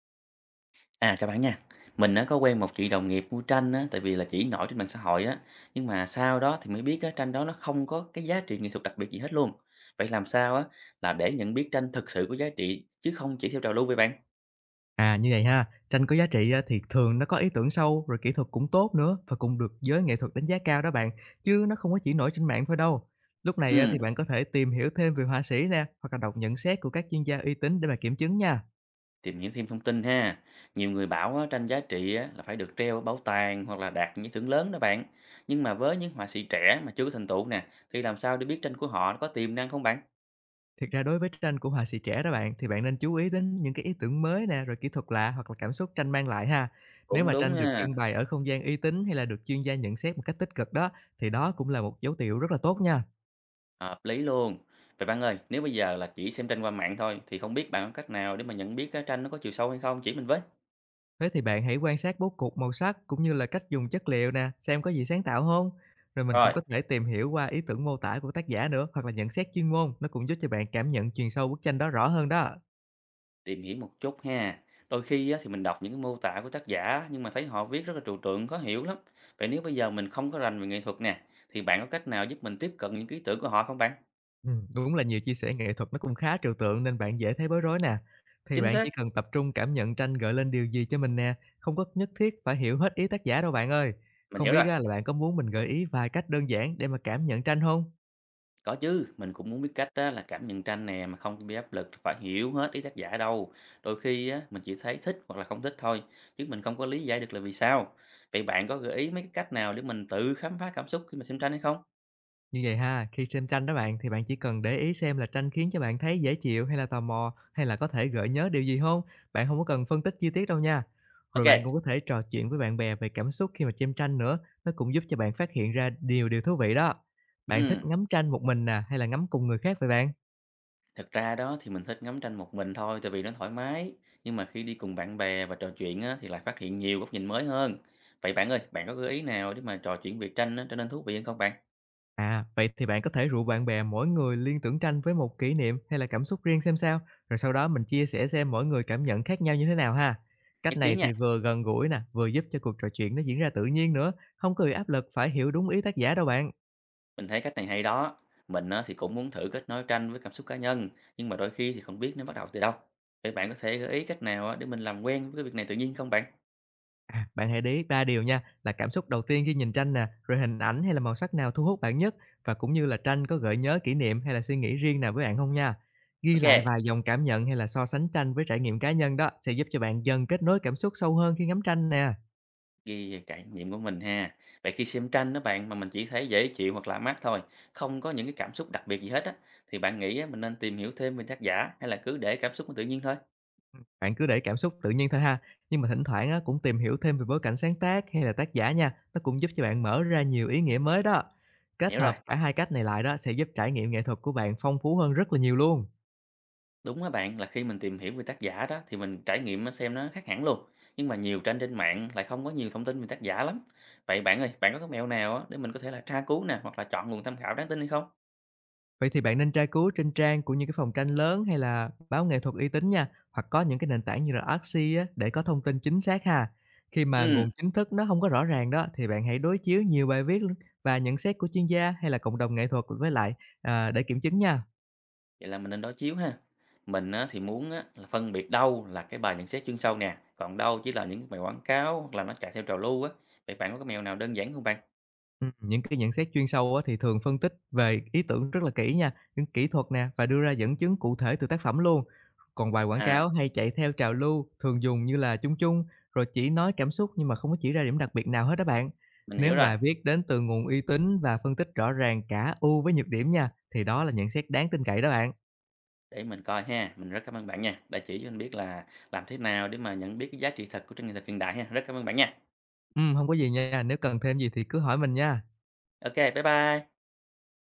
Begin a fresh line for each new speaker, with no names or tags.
À, chào bạn nha. Mình á, có quen một chị đồng nghiệp mua tranh á, tại vì là chỉ nổi trên mạng xã hội á. Nhưng mà sau đó thì mới biết á, tranh đó nó không có cái giá trị nghệ thuật đặc biệt gì hết luôn. Vậy làm sao á, là để nhận biết tranh thực sự có giá trị chứ không chỉ theo trào lưu vậy bạn?
À, như vậy ha, tranh có giá trị á thì thường nó có ý tưởng sâu, rồi kỹ thuật cũng tốt nữa và cũng được giới nghệ thuật đánh giá cao đó bạn, chứ nó không có chỉ nổi trên mạng thôi đâu. Lúc
Ừ,
này á thì bạn có thể tìm hiểu thêm về họa sĩ nè, hoặc là đọc nhận xét của các chuyên gia uy tín để mà kiểm chứng nha.
tìm hiểu thêm thông tin ha. Nhiều người bảo á, tranh giá trị á, là phải được treo ở bảo tàng hoặc là đạt những thưởng lớn đó bạn. Nhưng mà với những họa sĩ trẻ mà chưa có thành tựu nè, thì làm sao để biết tranh của họ có tiềm năng không bạn?
Thực ra đối với tranh của họa sĩ trẻ đó bạn, thì bạn nên chú ý đến những cái ý tưởng mới nè, rồi kỹ thuật lạ hoặc là cảm xúc tranh mang lại ha. Nếu
Cũng
mà
đúng
tranh được
ha.
trưng bày ở không gian uy tín hay là được chuyên gia nhận xét một cách tích cực đó, thì đó cũng là một dấu hiệu rất là tốt nha.
Hợp lý luôn. Vậy bạn ơi, nếu bây giờ là chỉ xem tranh qua mạng thôi thì không biết bạn có cách nào để mà nhận biết cái tranh nó có chiều sâu hay không, chỉ mình với.
Thế thì bạn hãy quan sát bố cục màu sắc cũng như là cách dùng chất liệu nè, xem có gì sáng tạo không. Rồi mình cũng
Rồi,
có thể tìm hiểu qua ý tưởng mô tả của tác giả nữa, hoặc là nhận xét chuyên môn, nó cũng giúp cho bạn cảm nhận truyền sâu bức tranh đó rõ hơn đó.
tìm hiểu một chút ha. Đôi khi á, thì mình đọc những cái mô tả của tác giả nhưng mà thấy họ viết rất là trừu tượng, khó hiểu lắm. Vậy nếu bây giờ mình không có rành về nghệ thuật nè, thì bạn có cách nào giúp mình tiếp cận những cái ý tưởng của họ không bạn?
Đúng là nhiều chia sẻ nghệ thuật nó cũng khá trừu tượng, nên bạn dễ thấy bối rối nè. Thì
Chính
bạn
xác,
chỉ cần tập trung cảm nhận tranh gợi lên điều gì cho mình nè, không có nhất thiết phải hiểu hết ý tác giả đâu bạn ơi.
mình
Không
hiểu rồi.
biết á là bạn có muốn mình gợi ý vài cách đơn giản để mà cảm nhận tranh không?
Có chứ, mình cũng muốn biết cách á, là cảm nhận tranh nè mà không bị áp lực phải hiểu hết ý tác giả đâu. Đôi khi á, mình chỉ thấy thích hoặc là không thích thôi, chứ mình không có lý giải được là vì sao. Vậy bạn có gợi ý mấy cái cách nào để mình tự khám phá cảm xúc khi mà xem tranh hay không?
Như vậy ha, khi xem tranh đó bạn thì bạn chỉ cần để ý xem là tranh khiến cho bạn thấy dễ chịu, hay là tò mò, hay là có thể gợi nhớ điều gì không? Bạn không có cần phân tích chi tiết đâu nha. Rồi bạn
Ok,
cũng có thể trò chuyện với bạn bè về cảm xúc khi mà xem tranh nữa, nó cũng giúp cho bạn phát hiện ra nhiều điều thú vị đó. Bạn thích
ừ.
ngắm tranh một mình nè, hay là ngắm cùng người khác vậy bạn?
Thực ra đó thì mình thích ngắm tranh một mình thôi tại vì nó thoải mái. Nhưng mà khi đi cùng bạn bè và trò chuyện á, thì lại phát hiện nhiều góc nhìn mới hơn. Vậy bạn ơi, bạn có gợi ý nào để mà trò chuyện về tranh á, trở nên thú vị hơn không bạn?
À, vậy thì bạn có thể rủ bạn bè mỗi người liên tưởng tranh với một kỷ niệm hay là cảm xúc riêng xem sao, rồi sau đó mình chia sẻ xem mỗi người cảm nhận khác nhau như thế nào ha. Cách
Nhất trí
này
nha.
thì vừa gần gũi nè, vừa giúp cho cuộc trò chuyện nó diễn ra tự nhiên nữa, không có bị áp lực phải hiểu đúng ý tác giả đâu bạn.
Mình thấy cách này hay đó. Mình á, thì cũng muốn thử kết nối tranh với cảm xúc cá nhân, nhưng mà đôi khi thì không biết nên bắt đầu từ đâu. Vậy bạn có thể gợi ý cách nào á, để mình làm quen với cái việc này tự nhiên không bạn?
À, bạn hãy để ý ba điều nha, là cảm xúc đầu tiên khi nhìn tranh nè, rồi hình ảnh hay là màu sắc nào thu hút bạn nhất, và cũng như là tranh có gợi nhớ kỷ niệm hay là suy nghĩ riêng nào với bạn không nha. Ghi
Ok,
lại vài dòng cảm nhận, hay là so sánh tranh với trải nghiệm cá nhân đó, sẽ giúp cho bạn dần kết nối cảm xúc sâu hơn khi ngắm tranh nè.
ghi về trải nghiệm của mình ha. Vậy khi xem tranh đó bạn mà mình chỉ thấy dễ chịu hoặc lạ mắt thôi, không có những cái cảm xúc đặc biệt gì hết á, thì bạn nghĩ á, mình nên tìm hiểu thêm về tác giả hay là cứ để cảm xúc nó tự nhiên thôi?
Bạn cứ để cảm xúc tự nhiên thôi ha, nhưng mà thỉnh thoảng á, cũng tìm hiểu thêm về bối cảnh sáng tác hay là tác giả nha, nó cũng giúp cho bạn mở ra nhiều ý nghĩa mới đó. Kết
Hiểu rồi.
hợp cả hai cách này lại đó sẽ giúp trải nghiệm nghệ thuật của bạn phong phú hơn rất là nhiều luôn.
Đúng á bạn, là khi mình tìm hiểu về tác giả đó thì mình trải nghiệm nó xem nó khác hẳn luôn. Nhưng mà nhiều tranh trên mạng lại không có nhiều thông tin về tác giả lắm. Vậy bạn ơi, bạn có cái mẹo nào á để mình có thể là tra cứu nè hoặc là chọn nguồn tham khảo đáng tin hay không?
Vậy thì bạn nên tra cứu trên trang của những cái phòng tranh lớn hay là báo nghệ thuật uy tín nha, hoặc có những cái nền tảng như là Artsy á, để có thông tin chính xác ha. Khi mà
Ừ,
nguồn chính thức nó không có rõ ràng đó, thì bạn hãy đối chiếu nhiều bài viết và nhận xét của chuyên gia hay là cộng đồng nghệ thuật với lại à, để kiểm chứng nha.
vậy là mình nên đối chiếu ha. Mình á, thì muốn á, là phân biệt đâu là cái bài nhận xét chuyên sâu nè, còn đâu chỉ là những cái bài quảng cáo hoặc là nó chạy theo trào lưu á. Vậy bạn có cái mẹo nào đơn giản không bạn?
Những cái nhận xét chuyên sâu á, thì thường phân tích về ý tưởng rất là kỹ nha, những kỹ thuật nè, và đưa ra dẫn chứng cụ thể từ tác phẩm luôn. Còn bài quảng
À,
cáo hay chạy theo trào lưu, thường dùng như là chung chung, rồi chỉ nói cảm xúc nhưng mà không có chỉ ra điểm đặc biệt nào hết đó bạn.
mình hiểu
Nếu
rồi.
bài viết đến từ nguồn uy tín và phân tích rõ ràng cả ưu với nhược điểm nha, thì đó là nhận xét đáng tin cậy đó bạn.
Để mình coi ha, mình rất cảm ơn bạn nha. Đã chỉ cho mình biết là làm thế nào để mà nhận biết cái giá trị thật của tranh nghệ thuật hiện đại ha. Rất cảm ơn bạn nha.
Hông có gì nha, nếu cần thêm gì thì cứ hỏi mình nha.
OK, bye bye.